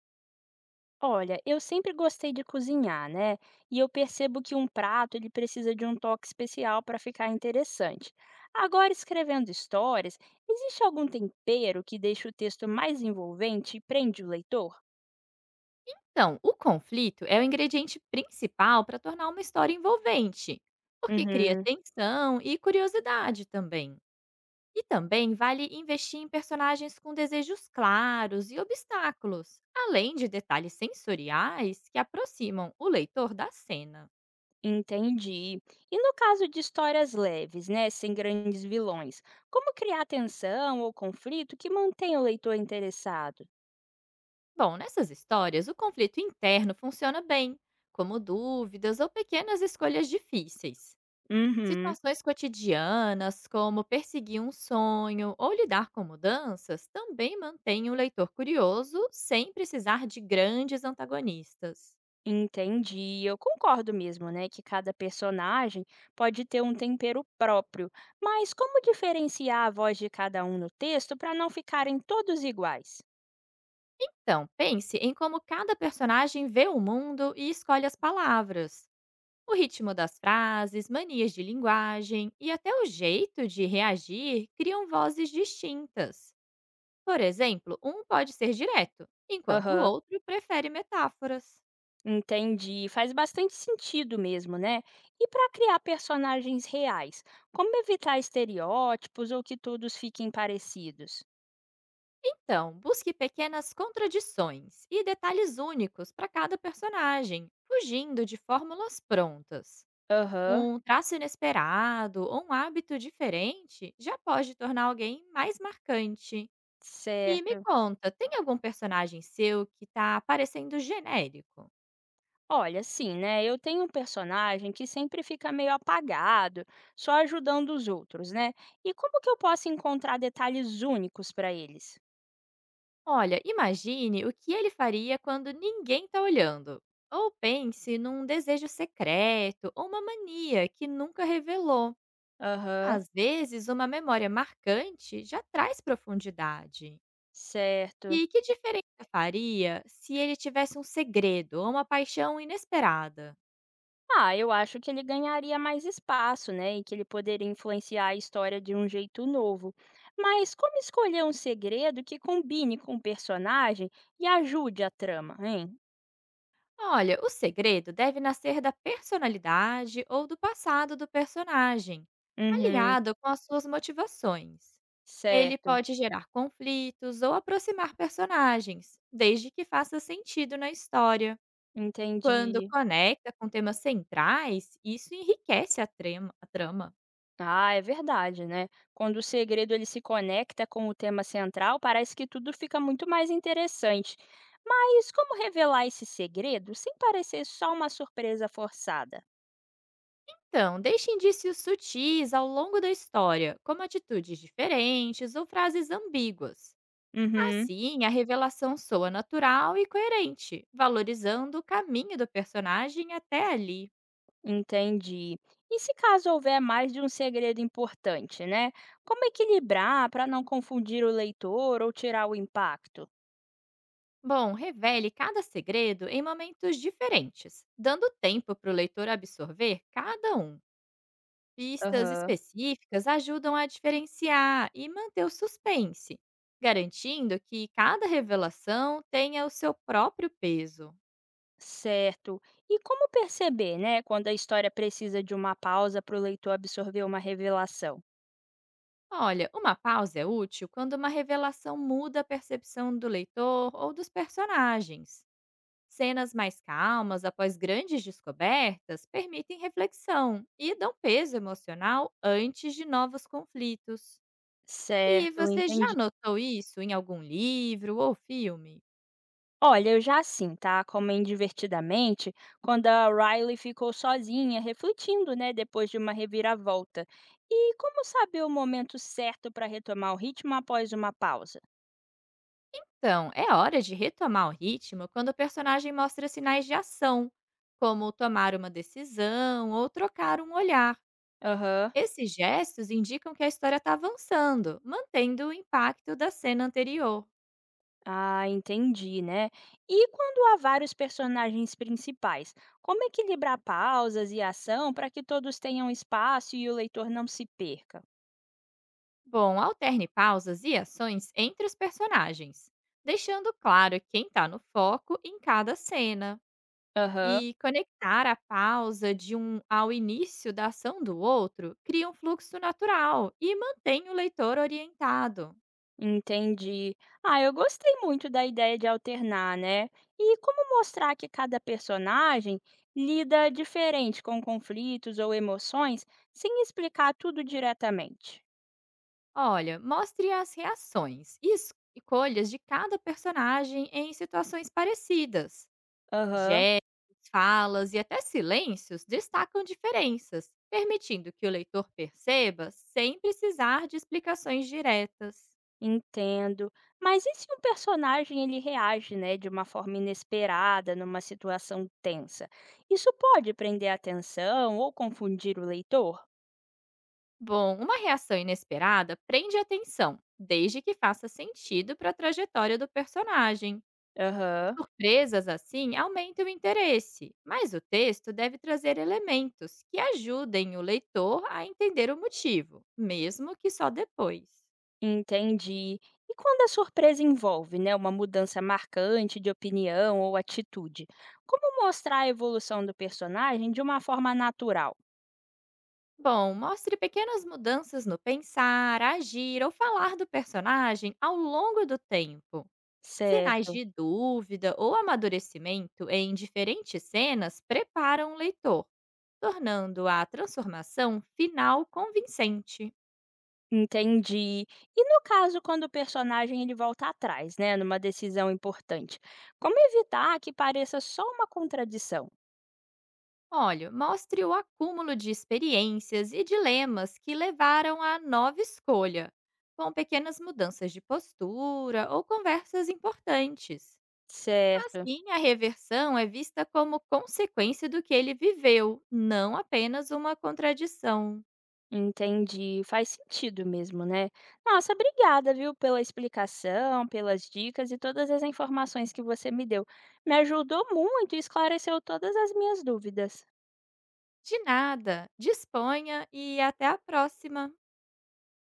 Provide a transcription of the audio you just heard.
Olha, eu sempre gostei de cozinhar, né? E eu percebo que um prato ele precisa de um toque especial para ficar interessante. Agora, escrevendo histórias, existe algum tempero que deixa o texto mais envolvente e prende o leitor? Então, o conflito é o ingrediente principal para tornar uma história envolvente, porque cria Uhum, tensão e curiosidade também. E também vale investir em personagens com desejos claros e obstáculos, além de detalhes sensoriais que aproximam o leitor da cena. entendi. E no caso de histórias leves, né, sem grandes vilões, como criar tensão ou conflito que mantenha o leitor interessado? Bom, nessas histórias, o conflito interno funciona bem, como dúvidas ou pequenas escolhas difíceis. Uhum. Situações cotidianas, como perseguir um sonho ou lidar com mudanças, também mantêm o leitor curioso sem precisar de grandes antagonistas. Entendi. Eu concordo mesmo, né, que cada personagem pode ter um tempero próprio, mas como diferenciar a voz de cada um no texto para não ficarem todos iguais? Então, pense em como cada personagem vê o mundo e escolhe as palavras. O ritmo das frases, manias de linguagem e até o jeito de reagir criam vozes distintas. Por exemplo, um pode ser direto, enquanto o Aham, outro prefere metáforas. entendi. Faz bastante sentido mesmo, né? E para criar personagens reais, como evitar estereótipos ou que todos fiquem parecidos? Então, busque pequenas contradições e detalhes únicos para cada personagem, fugindo de fórmulas prontas. Aham, Um traço inesperado ou um hábito diferente já pode tornar alguém mais marcante. E me certo. conta, tem algum personagem seu que está parecendo genérico? Olha, assim, né? Eu tenho um personagem que sempre fica meio apagado, só ajudando os outros, né? E como que eu posso encontrar detalhes únicos para eles? Olha, imagine o que ele faria quando ninguém está olhando. Ou pense num desejo secreto ou uma mania que nunca revelou. Aham, Às vezes, uma memória marcante já traz profundidade. certo. E que diferença faria se ele tivesse um segredo ou uma paixão inesperada? Ah, eu acho que ele ganharia mais espaço, né? E que ele poderia influenciar a história de um jeito novo. Mas como escolher um segredo que combine com o personagem e ajude a trama, hein? Olha, o segredo deve nascer da personalidade ou do passado do personagem, Uhum, alinhado com as suas motivações. Ele certo. pode gerar conflitos ou aproximar personagens, desde que faça sentido na história. Quando Entendi. conecta com temas centrais, isso enriquece a a trama. Ah, é verdade, né? Quando o segredo ele se conecta com o tema central, parece que tudo fica muito mais interessante. Mas como revelar esse segredo sem parecer só uma surpresa forçada? Então, deixe indícios sutis ao longo da história, como atitudes diferentes ou frases ambíguas. Uhum, Assim, a revelação soa natural e coerente, valorizando o caminho do personagem até ali. entendi. E se caso houver mais de um segredo importante, né? Como equilibrar para não confundir o leitor ou tirar o impacto? Bom, revele cada segredo em momentos diferentes, dando tempo para o leitor absorver cada um. Pistas Aham. específicas ajudam a diferenciar e manter o suspense, garantindo que cada revelação tenha o seu próprio peso. Certo. E como perceber, né, quando a história precisa de uma pausa para o leitor absorver uma revelação? Olha, uma pausa é útil quando uma revelação muda a percepção do leitor ou dos personagens. Cenas mais calmas após grandes descobertas permitem reflexão e dão peso emocional antes de novos conflitos. E Certo, você entendi. já notou isso em algum livro ou filme? Olha, eu já assim, tá? Como em Divertidamente, quando a Riley ficou sozinha, refletindo, né, depois de uma reviravolta. E como saber o momento certo para retomar o ritmo após uma pausa? Então, é hora de retomar o ritmo quando o personagem mostra sinais de ação, como tomar uma decisão ou trocar um olhar. Aham. Esses gestos indicam que a história está avançando, mantendo o impacto da cena anterior. Ah, entendi, né? E quando há vários personagens principais, como equilibrar pausas e ação para que todos tenham espaço e o leitor não se perca? Bom, alterne pausas e ações entre os personagens, deixando claro quem está no foco em cada cena. Aham. E conectar a pausa de um ao início da ação do outro cria um fluxo natural e mantém o leitor orientado. Entendi. Ah, eu gostei muito da ideia de alternar, né? E como mostrar que cada personagem lida diferente com conflitos ou emoções sem explicar tudo diretamente? Olha, mostre as reações e escolhas de cada personagem em situações parecidas. Aham, Gestos, falas e até silêncios destacam diferenças, permitindo que o leitor perceba sem precisar de explicações diretas. entendo. Mas e se um personagem ele reage, né, de uma forma inesperada numa situação tensa? Isso pode prender a atenção ou confundir o leitor? Bom, uma reação inesperada prende a atenção, desde que faça sentido para a trajetória do personagem. Aham. Surpresas assim aumentam o interesse, mas o texto deve trazer elementos que ajudem o leitor a entender o motivo, mesmo que só depois. Entendi. E quando a surpresa envolve, né, uma mudança marcante de opinião ou atitude, como mostrar a evolução do personagem de uma forma natural? Bom, mostre pequenas mudanças no pensar, agir ou falar do personagem ao longo do tempo. Sinais Certo. de dúvida ou amadurecimento em diferentes cenas preparam o leitor, tornando a transformação final convincente. Entendi. E no caso quando o personagem ele volta atrás, né, numa decisão importante, como evitar que pareça só uma contradição? Olha, mostre o acúmulo de experiências e dilemas que levaram à nova escolha, com pequenas mudanças de postura ou conversas importantes. Certo. Assim, a reversão é vista como consequência do que ele viveu, não apenas uma contradição. Entendi, faz sentido mesmo, né. Nossa, obrigada, viu, pela explicação, pelas dicas e todas as informações que você me deu. Me ajudou muito e esclareceu todas as minhas dúvidas. De nada, disponha e até a próxima!